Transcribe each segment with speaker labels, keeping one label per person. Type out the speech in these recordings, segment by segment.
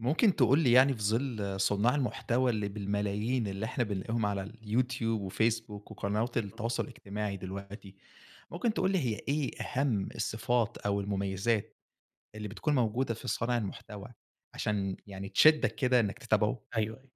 Speaker 1: ممكن تقول لي يعني في ظل صناع المحتوى اللي بالملايين اللي إحنا بنلاقيهم على اليوتيوب وفيسبوك وقنوات
Speaker 2: إمم.
Speaker 1: التواصل الاجتماعي دلوقتي، ممكن تقول لي هي إيه أهم الصفات أو المميزات اللي بتكون موجودة في صانع المحتوى، عشان يعني تشدّك كده إنك تتابعه؟
Speaker 2: أيوه، أيوه.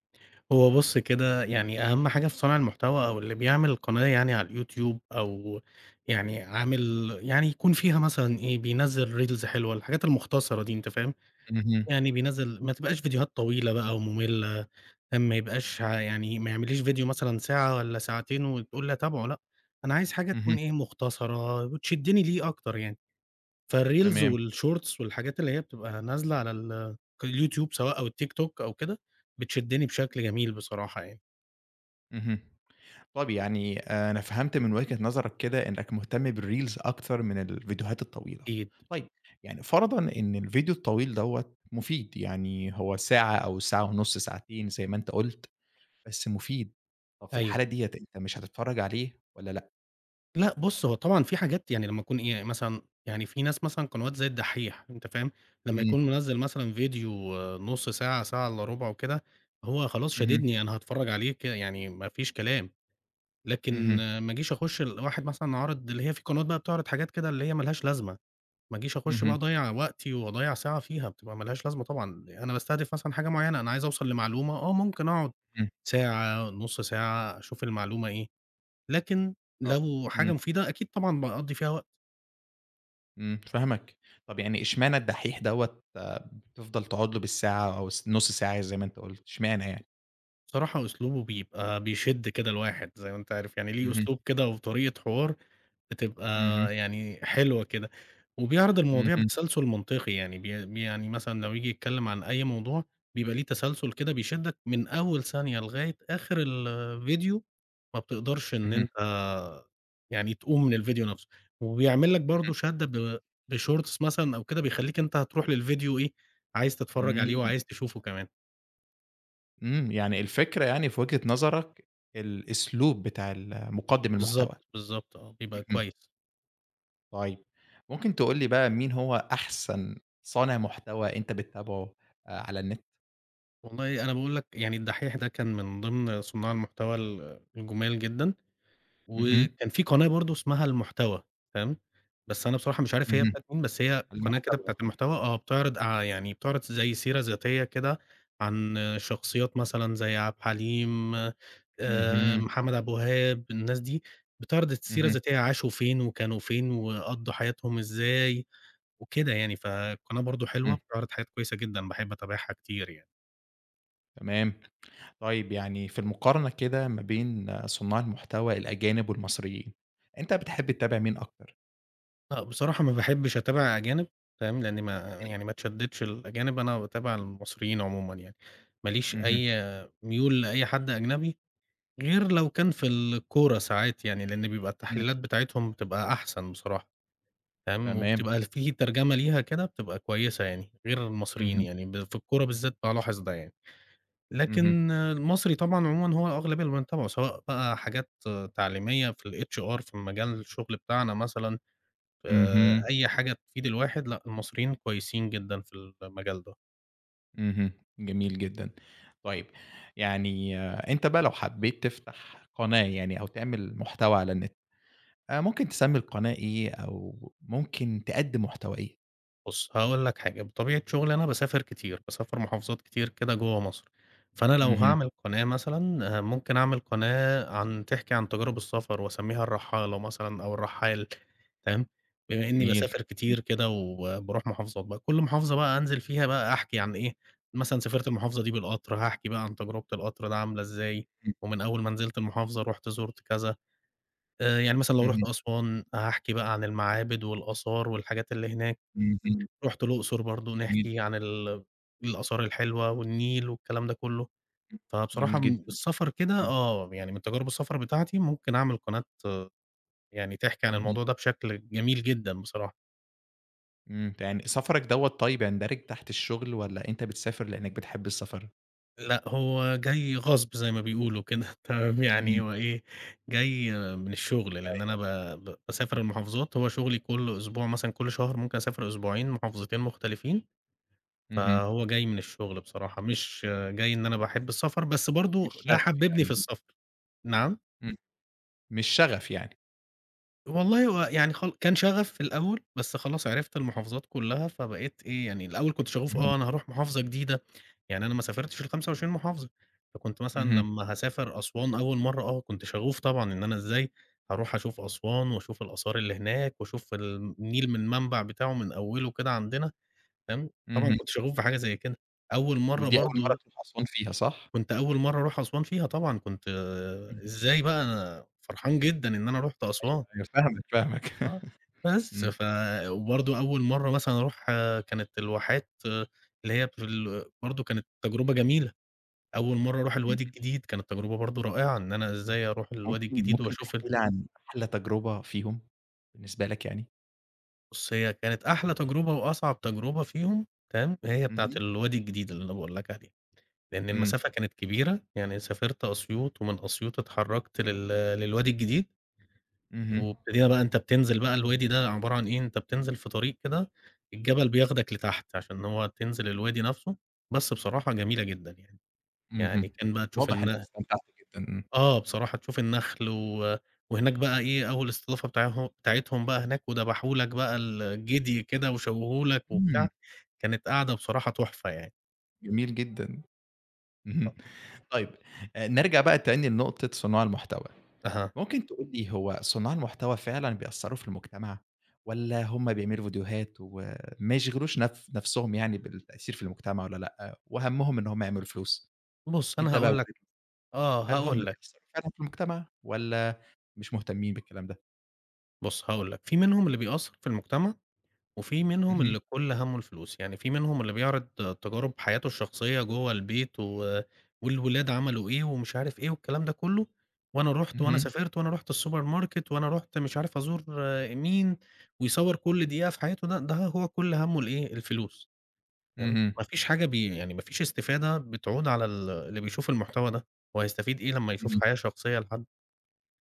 Speaker 2: هو بُص كده، يعني أهم حاجة في صانع المحتوى أو اللي بيعمل قناة يعني على الYouTube أو يعني عامل يعني يكون فيها مثلًا إيه، بينزّل Reels حلوة، الحاجات المختصرة دي أنت فاهم؟
Speaker 1: اهم.
Speaker 2: يعني بينزّل ما تبقاش فيديوهات طويلة بقى ومملة، ما يبقاش ع يعني ما يعمليش فيديو مثلًا ساعة والّا ساعتين وتقول لي أتابعه لأ، أنا عايز حاجة
Speaker 1: اهم.
Speaker 2: تكون إيه، مختصرة وتشدّني ليه أكتر يعني. فالreels
Speaker 1: تمام.
Speaker 2: والshorts والحاجات اللي هي بتبقى نازلة على اليوتيوب سواء أو التيك توك أو كده، بتشدّني بشكل جميل بصراحة يعني،
Speaker 1: اهم. طب يعني أنا فهمت من وجهة نظرك كده إنك مهتم بالreels أكتر من الفيديوهات الطويلة.
Speaker 2: أكيد.
Speaker 1: طيب، يعني فرضًا إن الفيديو الطويل دوّة مفيد، يعني هو ساعة أو ساعة ونُص، ساعتين زي ما أنت قُلت، بس مفيد. طب في
Speaker 2: أيوه.
Speaker 1: الحالة ديّة أنت مش هتتفرّج عليه والّا لأ؟
Speaker 2: لأ بُص، هو طبعًا في حاجات يعني لمّا أكون إيه، مثلًا يعني في ناس مثلًا قنوات زي الدحّيح أنت فاهم، لمّا
Speaker 1: إمم.
Speaker 2: يكون منزّل مثلًا فيديو نُص ساعة، ساعة إلا ربع وكده، هو خلاص
Speaker 1: اهم.
Speaker 2: شاددني أنا هاتفرّج عليه يعني ما فيش كلام، لكن
Speaker 1: اهم.
Speaker 2: ما اجيش أخُش الواحد مثلًا عارض اللي هي في قنوات بقى بتعرض حاجات كده اللي هي ما لهاش لازمة. ما اجيش أخش بقى
Speaker 1: اهم.
Speaker 2: أضيّع وقتي وأضيّع ساعة فيها، بتبقى ما لهاش لازمة طبعًا، أنا باستهدف مثلًا حاجة معيّنة، أنا عايز أوصل لمعلومة، آه ممكن أقعد
Speaker 1: إمم.
Speaker 2: ساعة، نُص ساعة، أشوف المعلومة إيه، لكن
Speaker 1: طب
Speaker 2: لو
Speaker 1: إمم،
Speaker 2: حاجة مفيدة أكيد طبعًا باقضّي فيها وقت.
Speaker 1: إمم، فاهمك. طب يعني إشمعنى الدحيح دوّة بتفضل تقعد له بالساعة أو نُص ساعة زي ما أنت قُلت، إشمعنى يعني؟
Speaker 2: بصراحة أسلوبه بيبقى بيشد كده الواحد زي ما أنت عارف، يعني ليه
Speaker 1: اهم.
Speaker 2: أسلوب كده وطريقة حوار بتبقى
Speaker 1: اهم.
Speaker 2: يعني حلوة كده، وبيعرض المواضيع
Speaker 1: اهم.
Speaker 2: بتسلسل منطقي، يعني بي بي يعني مثلًا لو ييجي يتكلم عن أي موضوع بيبقى ليه تسلسل كده بيشدك من أول ثانية لغاية آخر الفيديو، ما بتقدرش إن
Speaker 1: اهم.
Speaker 2: أنت يعني تقوم من الفيديو نفسه، وبيعمل لك برضه شدّة ب بshorts مثلًا أو كده بيخلّيك أنت هتروح للفيديو إيه، عايز تتفرّج عليه
Speaker 1: إمم.
Speaker 2: وعايز تشوفه كمان.
Speaker 1: إمم. يعني الفكرة يعني في وجهة نظرك الأسلوب بتاع ال مُقدِّم المحتوى.
Speaker 2: بالضبط، بالضبط، بيبقى
Speaker 1: اهم.
Speaker 2: كويس.
Speaker 1: طيب ممكن تقول لي بقى مين هو أحسن صانع محتوى أنت بتتابعه على النت؟
Speaker 2: والله أنا باقول لك يعني الدحيح ده كان من ضمن صُناع المحتوى الجُمال جدًا.
Speaker 1: اهم.
Speaker 2: وكان في قناة برضه اسمها المحتوى، تمام، بس أنا بصراحة مش عارف هي
Speaker 1: اهم.
Speaker 2: بتاعة مين، بس هي قناة كده
Speaker 1: المحتوى.
Speaker 2: بتاعة
Speaker 1: اهم.
Speaker 2: المحتوى بتعرض يعني بتعرض زي سيرة ذاتية كده عن شخصيات مثلًا زي عبد الحليم،
Speaker 1: اهم.
Speaker 2: محمد عبد الوهاب، الناس دي بتعرض السيرة
Speaker 1: إمم.
Speaker 2: الذاتية عاشوا فين وكانوا فين وقضّوا حياتهم إزاي وكده يعني، فالقناة برضه حلوة
Speaker 1: إمم.
Speaker 2: بتعرض حاجات كويسة جدًا باحب أتابعها كتير يعني.
Speaker 1: تمام. طيب يعني في المقارنة كده ما بين صُناع المحتوى الأجانب والمصريين، أنت بتحب تتابع مين أكتر؟
Speaker 2: لأ، بصراحة ما باحبش أتابع أجانب فاهم، لأني ما اتشدّتش للأجانب، أنا باتابع المصريين عمومًا يعني، ما ليش
Speaker 1: اهم.
Speaker 2: أي ميول لأي حد أجنبي، غير لو كان في الكورة ساعات يعني، لأن بيبقى
Speaker 1: إمم.
Speaker 2: التحليلات بتاعتهم بتبقى أحسن بصراحة فاهم،
Speaker 1: تمام.
Speaker 2: وبتبقى في ترجمة ليها كده بتبقى كويسة يعني، غير المصريين
Speaker 1: اهم.
Speaker 2: يعني ب في الكورة بالذات بالاحظ ده يعني،
Speaker 1: اهم.
Speaker 2: لكن المصري طبعًا عمومًا هو الأغلبية اللي بنتابعه، سواء بقى حاجات تعليمية في الHR في مجال الشغل بتاعنا مثلًا،
Speaker 1: اهم.
Speaker 2: أي حاجة تفيد الواحد، لأ المصريين كويسين جدًا في المجال ده.
Speaker 1: اهم. جميل جدًا. طيب، يعني أنت بقى لو حبيت تفتح قناة يعني أو تعمل محتوى على النت، ممكن تسمّي القناة إيه أو ممكن تقدّم محتوى إيه؟
Speaker 2: بُص، هاقول لك حاجة، بطبيعة شغلي أنا باسافر كتير، باسافر محافظات كتير كده جوّه مصر، فأنا لو
Speaker 1: اهم.
Speaker 2: هاعمل قناة مثلًا، ممكن أعمل قناة تحكي عن تجارب السفر وأسميها الرحالة مثلًا أو الرحال، تمام؟ بما إني
Speaker 1: جميل.
Speaker 2: باسافر كتير كده وباروح محافظات بقى، كل محافظة بقى أنزل فيها بقى أحكي عن إيه، مثلًا سافرت المحافظة دي بالقطر، هاحكي بقى عن تجربة القطر ده عاملة إزاي،
Speaker 1: إمم.
Speaker 2: ومن أول ما نزلت المحافظة رُحت زُرت كذا. يعني مثلًا لو رُحت
Speaker 1: اهم.
Speaker 2: أسوان هاحكي بقى عن المعابد والآثار والحاجات اللي هناك،
Speaker 1: اهم.
Speaker 2: رُحت الأقصر برضه
Speaker 1: جميل.
Speaker 2: نحكي عن الآثار الحلوة والنيل والكلام ده كلّه، فبصراحة
Speaker 1: جميل جدًا.
Speaker 2: م السفر كده
Speaker 1: إمم.
Speaker 2: آه، يعني من تجارب السفر بتاعتي ممكن أعمل قناة يعني تحكي عن
Speaker 1: اهم.
Speaker 2: الموضوع ده بشكل جميل جدًا بصراحة.
Speaker 1: إمم. يعني سفرك دوّة طيب يندرج تحت الشغل والّا أنت بتسافر لإنّك بتحب السفر؟
Speaker 2: لأ هو جاي غصب زي ما بيقولوا كده تمام، يعني
Speaker 1: اهم.
Speaker 2: هو إيه، جاي من الشغل لأن أنا
Speaker 1: أيوه.
Speaker 2: ب ب باسافر
Speaker 1: إمم.
Speaker 2: المحافظات، هو شغلي كل أسبوع مثلًا كل شهر ممكن أسافر أسبوعين محافظتين مختلفين.
Speaker 1: اهم.
Speaker 2: فهو جاي من الشغل بصراحة، مش جاي إن أنا باحب السفر، بس
Speaker 1: مش
Speaker 2: برضه ده
Speaker 1: شغف
Speaker 2: حبّبني في
Speaker 1: يعني.
Speaker 2: السفر. نعم؟
Speaker 1: إمم. مش شغف يعني.
Speaker 2: والله هو يعني كان شغف في الأول، بس خلاص عرفت المحافظات كلّها، فبقيت إيه، يعني الأول كنت شغوف
Speaker 1: اهم.
Speaker 2: آه، أنا هاروح محافظة جديدة، يعني أنا ما سافرتش ال25 محافظة، فكنت مثلًا
Speaker 1: اهم.
Speaker 2: لمّا هاسافر أسوان أول مرّة آه، كنت شغوف طبعًا إن أنا إزاي هاروح أشوف أسوان وأشوف الآثار اللي هناك وأشوف النيل من المنبع بتاعه من أوّله كده عندنا، فاهم؟ طبعًا
Speaker 1: اهم.
Speaker 2: كنت شغوف بحاجة زي كده. أول مرّة
Speaker 1: ودي أول مرّة
Speaker 2: برضه
Speaker 1: تروح أسوان فيها صح؟
Speaker 2: كنت أول مرّة أروح أسوان فيها طبعًا، كنت
Speaker 1: إمم.
Speaker 2: إزاي بقى أنا فرحان جدًا إن أنا رُحت أسوان
Speaker 1: أيوه فاهمِك، فاهمِك.
Speaker 2: آه، بس
Speaker 1: إمم.
Speaker 2: ف وبرضه أول مرّة مثلًا أروح كانت الواحات اللي هي في ال برضه كانت تجربة جميلة، أول مرّة أروح
Speaker 1: إمم.
Speaker 2: الوادي الجديد كانت تجربة برضه رائعة، إن أنا إزاي أروح الوادي
Speaker 1: ممكن
Speaker 2: الجديد
Speaker 1: ممكن
Speaker 2: وأشوف ال.
Speaker 1: تحكي لي عن أحلى تجربة فيهم بالنسبة لك يعني؟
Speaker 2: بُص هي كانت أحلى تجربة وأصعب تجربة فيهم تمام، هي بتاعة
Speaker 1: إمم.
Speaker 2: الوادي الجديد اللي أنا باقول لك عليها، لأن
Speaker 1: إمم.
Speaker 2: المسافة كانت كبيرة، يعني سافرت أسيوط ومن أسيوط اتحركت للوادي الجديد.
Speaker 1: اهم.
Speaker 2: وابتدينا بقى أنت بتنزل بقى الوادي ده عبارة عن إيه، أنت بتنزل في طريق كده الجبل بياخدك لتحت، عشان هو تنزل الوادي نفسه، بس بصراحة جميلة جدًا يعني،
Speaker 1: اهم.
Speaker 2: يعني كان بقى تشوف
Speaker 1: واضح إنِّك
Speaker 2: الن
Speaker 1: استمتعتِ جدًا. إمم.
Speaker 2: آه بصراحة تشوف النخل وهناك بقى إيه أول استضافة بتاعه بتاعتهم بقى هناك وذبحوا لك بقى الجدي كده وشووه لك
Speaker 1: إمم.
Speaker 2: وبتاع، كانت قعدة بصراحة تحفة يعني.
Speaker 1: جميل جدًا. اهم. طيب نرجع بقى تاني لنقطة صُناع المحتوى.
Speaker 2: أها،
Speaker 1: ممكن تقول لي هو صُناع المحتوى فعلًا بيأثّروا في المجتمع والّا هم بيعملوا فيديوهات وما يشغلوش نفسهم يعني بالتأثير في المجتمع والّا لأ، وهمّهم إن هم يعملوا فلوس؟
Speaker 2: بُص أنا
Speaker 1: أنت بقى
Speaker 2: هاقول لك آه
Speaker 1: هل هم
Speaker 2: هاقول لك،
Speaker 1: بيأثّروا فعلًا في المجتمع والّا مش مهتمين بالكلام ده؟
Speaker 2: بُص هاقول لك، في منهم اللي بيأثّر في المجتمع وفي منهم
Speaker 1: اهم.
Speaker 2: اللي كل هَمُّه الفلوس، يعني في منهم اللي بيعرض تجارب حياته الشخصية جوّه البيت والولاد عملوا إيه ومش عارف إيه والكلام ده كلّه، وأنا رُحت وأنا
Speaker 1: اهم.
Speaker 2: سافرت وأنا رُحت السوبر ماركت وأنا رُحت مش عارف أزور آه، مين، ويصوّر كل دقيقة في حياته ده هو كل هَمُّه الإيه، الفلوس تمام،
Speaker 1: اهم.
Speaker 2: ما فيش حاجة بي يعني ما فيش استفادة بتعود على ال اللي بيشوف المحتوى ده، هو هيستفيد إيه لمّا يشوف
Speaker 1: اهم.
Speaker 2: حياة شخصية لحد؟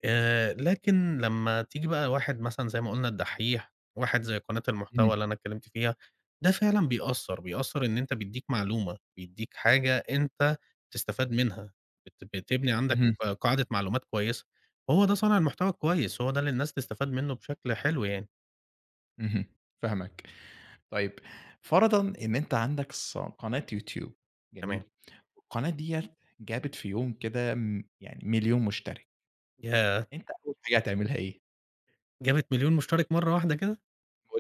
Speaker 2: لكن لمّا تيجي بقى واحد مثلًا زي ما قُلنا الدحّيح، واحد زي قناة
Speaker 1: اهم.
Speaker 2: المحتوى اللي أنا اتكلمت فيها، ده فعلًا بيأثّر، بيأثّر إن أنت بيدّيك معلومة، بيدّيك حاجة أنت تستفاد منها، بتبني عندك
Speaker 1: اهم.
Speaker 2: آه، قاعدة معلومات كويسة، هو ده صانع المحتوى الكويس، هو ده اللي الناس تستفاد منه بشكل حلو يعني.
Speaker 1: اهم. فاهمك. طيب فرضًا إن أنت عندك قناة يوتيوب،
Speaker 2: تمام،
Speaker 1: جميل، والقناة ديّة جابت في يوم كده يعني 1000000 مشترك،
Speaker 2: ياه!
Speaker 1: أنت أول حاجة هتعملها إيه؟
Speaker 2: جابت مليون مشترك مرّة واحدة كده،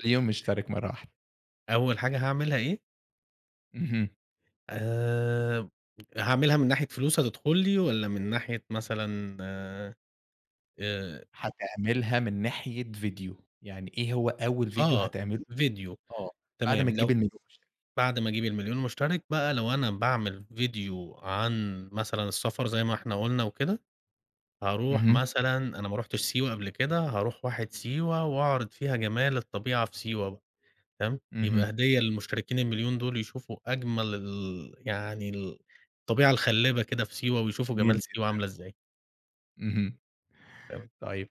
Speaker 1: مليون مشترك مرّة واحدة.
Speaker 2: أول حاجة هاعملها إيه،
Speaker 1: اهم.
Speaker 2: آآ، هاعملها من ناحية فلوس هتدخل لي والّا من ناحية مثلًا
Speaker 1: هتعملها من ناحية فيديو، يعني إيه هو أول فيديو
Speaker 2: آه،
Speaker 1: هتعمله
Speaker 2: فيديو
Speaker 1: آه، بعد ما
Speaker 2: تمام،
Speaker 1: تجيب
Speaker 2: لو
Speaker 1: ال1000000 مشترك؟
Speaker 2: بعد ما أجيب ال1,000,000 مشترك بقى لو أنا باعمل فيديو عن مثلًا السفر زي ما إحنا قُلنا وكده، هاروح
Speaker 1: اهم.
Speaker 2: مثلًا أنا ما رُحتش سيوة قبل كده، هاروح واحد سيوة وأعرض فيها جمال الطبيعة في سيوة بقى، تمام،
Speaker 1: اهم.
Speaker 2: يبقى هدية للمشتركين ال1,000,000 دول يشوفوا أجمل ال يعني ال الطبيعة الخلّبة كده في سيوة ويشوفوا
Speaker 1: جميل
Speaker 2: جمال سيوة
Speaker 1: جدًا.
Speaker 2: عاملة إزاي،
Speaker 1: اهم.
Speaker 2: تمام،
Speaker 1: طيب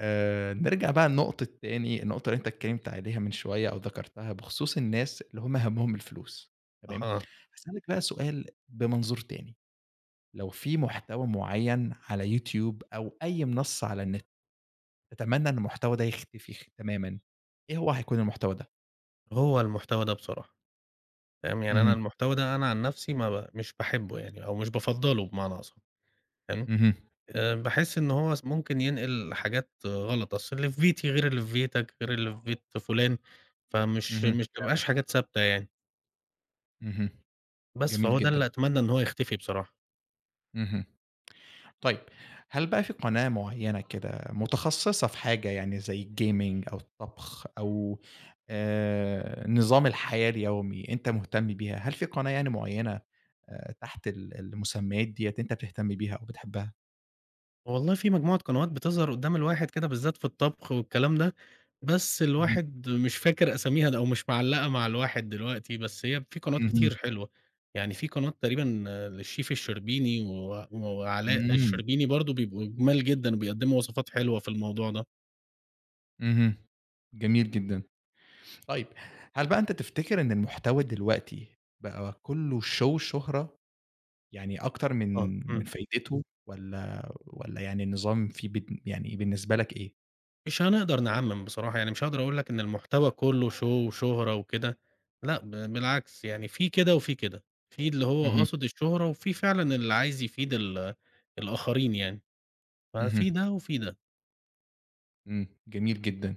Speaker 1: نرجع بقى لنقطة تاني النقطة اللي أنت اتكلمت عليها من شوية أو ذكرتها بخصوص الناس اللي هم هَمّهم الفلوس، تمام؟
Speaker 2: أها،
Speaker 1: هاسألك بقى سؤال بمنظور تاني، لو في محتوى معين على يوتيوب أو أي منصة على النت، تتمنى إن المحتوى ده يختفي تمامًا، إيه هو هيكون المحتوى ده؟
Speaker 2: هو المحتوى ده بصراحة، تمام، يعني أنا
Speaker 1: اهم.
Speaker 2: المحتوى ده أنا عن نفسي ما ب مش باحبه يعني أو مش بافضّله بمعنى أصح، تمام.
Speaker 1: اهم.
Speaker 2: باحس إن هو ممكن ينقل حاجات غلط، أصل اللي في بيتي غير اللي في بيتك، غير اللي في بيت فلان، فمش
Speaker 1: اهم.
Speaker 2: مش
Speaker 1: فعلًا.
Speaker 2: تبقاش حاجات ثابتة يعني،
Speaker 1: اهم.
Speaker 2: بس
Speaker 1: جميل
Speaker 2: فهو ده اللي
Speaker 1: جدًا.
Speaker 2: أتمنى إن هو يختفي بصراحة.
Speaker 1: اهم. طيب، هل بقى في قناة معيّنة كده متخصصة في حاجة يعني زي الgaming أو الطبخ أو نظام الحياة اليومي أنت مهتم بيها، هل في قناة يعني معيّنة تحت ال المسميات ديّة أنت بتهتم بيها أو بتحبها؟
Speaker 2: والله في مجموعة قنوات بتظهر قدّام الواحد كده بالذات في الطبخ والكلام ده، بس
Speaker 1: اهم.
Speaker 2: الواحد مش فاكر أساميها د أو مش معلّقة مع الواحد دلوقتي، بس هي في قنوات
Speaker 1: اهم.
Speaker 2: كتير حلوة، يعني في قناة تقريبًا للشيف الشربيني وعلاء
Speaker 1: إمم.
Speaker 2: الشربيني برضه بيبقوا جُمال جدًا وبيقدّموا وصفات حلوة في الموضوع ده.
Speaker 1: اهم. جميل جدًا. طيب، هل بقى أنت تفتكر إن المحتوى دلوقتي بقى كلّه show وشهرة، يعني أكتر
Speaker 2: آه،
Speaker 1: من
Speaker 2: إمم.
Speaker 1: فايدته والّا يعني النظام فيه يعني بالنسبة لك إيه؟
Speaker 2: مش هنقدر نعمم بصراحة، يعني مش هاقدر أقول لك إن المحتوى كلّه شو وشهرة وكده، لأ ب بالعكس يعني في كده وفي كده، في اللي هو
Speaker 1: اهم.
Speaker 2: قاصد الشهرة، وفي فعلًا اللي عايز يفيد الآخرين يعني،
Speaker 1: اهم.
Speaker 2: ففي ده وفي ده،
Speaker 1: إمم. جميل جدًا.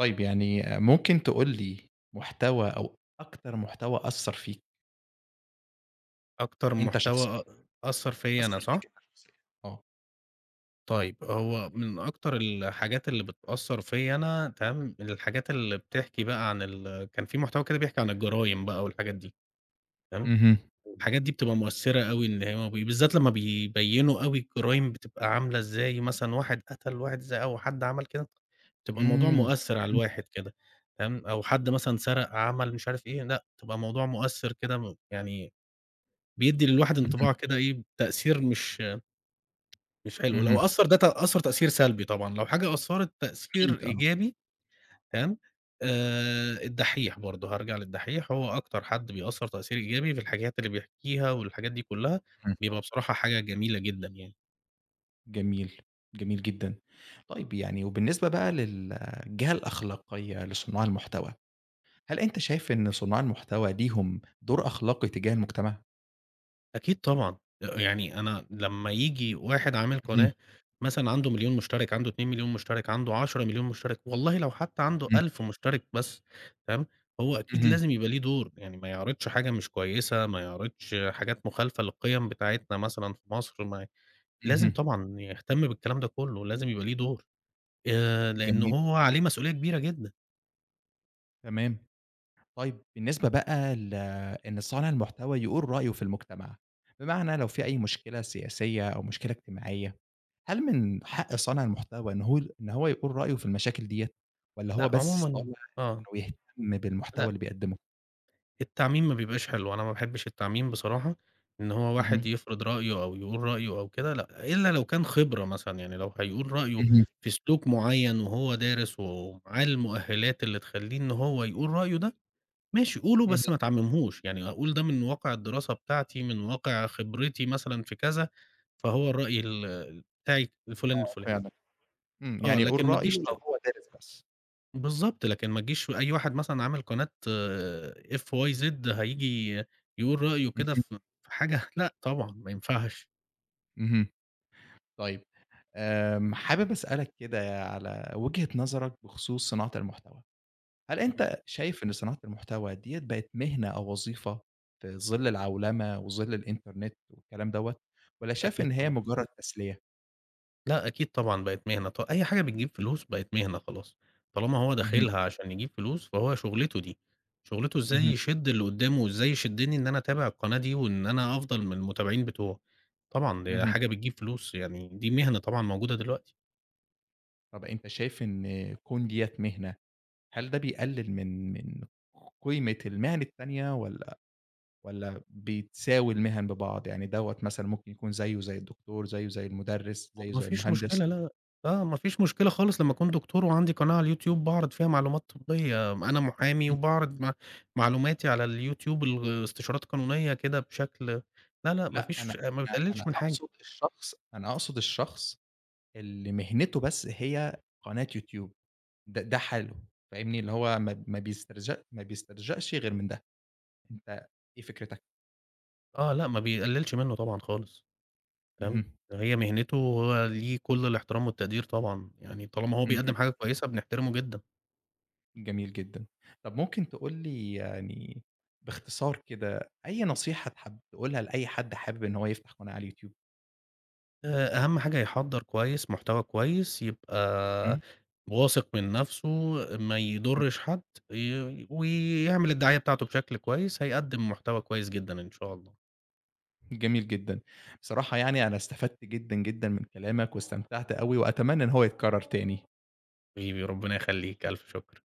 Speaker 1: طيب يعني ممكن تقول لي محتوى أو أكتر محتوى أثّر فيك
Speaker 2: أكتر
Speaker 1: أنت
Speaker 2: محتوى
Speaker 1: شخصيًا،
Speaker 2: أ أثّر فيّا أنا
Speaker 1: أثّر
Speaker 2: صح؟
Speaker 1: فيك أنت شخصيًا؟ آه.
Speaker 2: طيب هو من أكتر الحاجات اللي بتأثّر فيّا أنا تمام، الحاجات اللي بتحكي بقى عن ال كان في محتوى كده بيحكي عن الجرايم بقى والحاجات دي، تمام؟
Speaker 1: اهم.
Speaker 2: الحاجات دي بتبقى مؤثرة أوي، إن هو بالذات لمّا بيبيّنوا أوي الجرايم بتبقى عاملة إزاي، مثلًا واحد قتل واحد إزاي أو حد عمل كده، بتبقى الموضوع
Speaker 1: إمم.
Speaker 2: مؤثر على
Speaker 1: اهم.
Speaker 2: الواحد كده، تمام، أو حد مثلًا سرق، عمل مش عارف إيه، لأ، بتبقى الموضوع مؤثر كده يعني بيدّي للواحد
Speaker 1: اهم.
Speaker 2: انطباع كده إيه، تأثير مش حلو، لو
Speaker 1: اهم.
Speaker 2: أثّر ده ت أثّر تأثير سلبي طبعًا، لو حاجة أثّرت تأثير
Speaker 1: أكيد آه.
Speaker 2: إيجابي تمام؟ الدحّيح برضه، هارجع للدحّيح، هو أكتر حد بيأثّر تأثير إيجابي في الحاجات اللي بيحكيها والحاجات دي كلّها،
Speaker 1: اهم.
Speaker 2: بيبقى بصراحة حاجة جميلة جدًا يعني.
Speaker 1: جميل. جميل جدًا. طيب يعني وبالنسبة بقى للجهة الأخلاقية لصناع المحتوى، هل أنت شايف إن صناع المحتوى ليهم دور أخلاقي تجاه المجتمع؟
Speaker 2: أكيد طبعًا، يعني أنا لمّا ييجي واحد عامل
Speaker 1: اهم.
Speaker 2: قناة مثلًا عنده مليون مشترك، عنده 2.000.000 مشترك، عنده 10.000.000 مشترك، والله لو حتى عنده
Speaker 1: إمم.
Speaker 2: 1000 مشترك بس، تمام؟ هو أكيد
Speaker 1: اهم.
Speaker 2: لازم يبقى ليه دور، يعني ما يعرضش حاجة مش كويسة، ما يعرضش حاجات مخالفة للقيم بتاعتنا مثلًا في مصر، ما لازم
Speaker 1: اهم.
Speaker 2: طبعًا يهتم بالكلام ده كلّه، لازم يبقى ليه دور. لإنه
Speaker 1: جميل.
Speaker 2: هو عليه مسؤولية كبيرة جدًا.
Speaker 1: تمام. طيب بالنسبة بقى إن صانع المحتوى يقول رأيه في المجتمع، بمعنى لو في أي مشكلة سياسية أو مشكلة اجتماعية، هل من حق صانع المحتوى إن هو يقول رأيه في المشاكل ديّة، والّا هو
Speaker 2: لأ،
Speaker 1: بس طالع
Speaker 2: عمومًا آه، إمم.
Speaker 1: إنه يهتم بالمحتوى
Speaker 2: لأ،
Speaker 1: اللي بيقدمه؟
Speaker 2: التعميم ما بيبقاش حلو، أنا ما باحبش التعميم بصراحة، إن هو واحد
Speaker 1: اهم.
Speaker 2: يفرض رأيه أو يقول رأيه أو كده لأ، إلا لو كان خبرة مثلًا، يعني لو هيقول رأيه
Speaker 1: اهم.
Speaker 2: في سلوك معيّن وهو دارس ومعاه المؤهلات اللي تخلّيه إن هو يقول رأيه ده، ماشي قوله
Speaker 1: اهم.
Speaker 2: بس ما تعممهوش، يعني أقول ده من واقع الدراسة بتاعتي، من واقع خبرتي مثلًا في كذا، فهو الرأي ال بتاعي الفلان
Speaker 1: آه
Speaker 2: الفلاني،
Speaker 1: فعلًا. إمم.
Speaker 2: آه،
Speaker 1: يعني يقول
Speaker 2: لكن ما
Speaker 1: رأيه
Speaker 2: تجيش
Speaker 1: لو
Speaker 2: ت
Speaker 1: هو دارس بس.
Speaker 2: بالضبط، لكن ما تجيش أي واحد مثلًا عامل قناة FYZ هييجي يقول رأيه كده
Speaker 1: اهم.
Speaker 2: في حاجة لأ طبعًا ما ينفعش،
Speaker 1: اهم. طيب حابب أسألك كده على وجهة نظرك بخصوص صناعة المحتوى. هل
Speaker 2: اهم،
Speaker 1: أنت شايف إن صناعة المحتوى ديّة بقت مهنة أو وظيفة في ظِل العولمة وظِل الإنترنت والكلام دوّة، والّا شايف
Speaker 2: أكيد
Speaker 1: إن هي
Speaker 2: طبعًا،
Speaker 1: مجرد تسلية؟
Speaker 2: لأ أكيد طبعًا بقت مهنة أي حاجة بتجيب فلوس بقت مهنة خلاص، طالما هو
Speaker 1: اهم.
Speaker 2: داخلها عشان يجيب فلوس فهو شغلته دي، شغلته إزاي
Speaker 1: اهم.
Speaker 2: يشد اللي قدامه وإزاي يشدني إن أنا أتابع القناة دي وإن أنا أفضل من المتابعين بتوعه، طبعًا دي
Speaker 1: اهم.
Speaker 2: حاجة بتجيب فلوس يعني دي مهنة طبعًا موجودة دلوقتي.
Speaker 1: طَب أنت شايف إن كون ديّة مهنة، هل ده بيقلل من قيمة المهن التانية والّا بتساوي المهن ببعض؟ يعني دوّة مثلًا ممكن يكون زيه زي الدكتور، زيه زي المدرس،
Speaker 2: هو
Speaker 1: زيه
Speaker 2: ما
Speaker 1: زي
Speaker 2: فيش
Speaker 1: المهندس.
Speaker 2: مشكلة لا، لأ، آه، ما فيش مشكلة خالص لمّا أكون دكتور وعندي قناة على الYouTube باعرض فيها معلومات طبية، أنا محامي
Speaker 1: إمم.
Speaker 2: وباعرض معلوماتي على الYouTube ال استشارات قانونية كده بشكل لا، لأ،
Speaker 1: لأ أنا
Speaker 2: ما
Speaker 1: أنا
Speaker 2: بتقللش
Speaker 1: أنا
Speaker 2: من حاجة،
Speaker 1: أقصد الشخص أنا أقصد الشخص اللي مهنته بس هي قناة يوتيوب، ده حاله، فاهمني؟ اللي هو ما بيسترجعش غير من ده، أنت إيه فكرتك؟
Speaker 2: آه، لأ، ما بيقللش منه طبعًا خالص، تمام،
Speaker 1: اهم.
Speaker 2: هي مهنته وهو ليه كل الاحترام والتقدير طبعًا، يعني طالما هو
Speaker 1: اهم.
Speaker 2: بيقدّم حاجة كويسة بنحترمه جدًا.
Speaker 1: جميل جدًا. طب ممكن تقول لي يعني باختصار كده أي نصيحة تحب تقولها لأي حد حابب إن هو يفتح قناة على اليوتيوب؟
Speaker 2: أهم حاجة يحضّر كويس، محتوى كويس،
Speaker 1: إمم.
Speaker 2: يبقى واثق من نَفْسه، ما
Speaker 1: إمم.
Speaker 2: يضرّش حد، ويعمل الدعاية بتاعته بشكل كويس، هيقدّم محتوى كويس جدًا إن شاء الله.
Speaker 1: جميل جدًا. بصراحة يعني أنا استفدت جدًا، جدًا من كلامك واستمتعت أوي وأتمنى إن هو يتكرر تاني.
Speaker 2: حبيبي، ربنا يخلّيك، ألف شكر.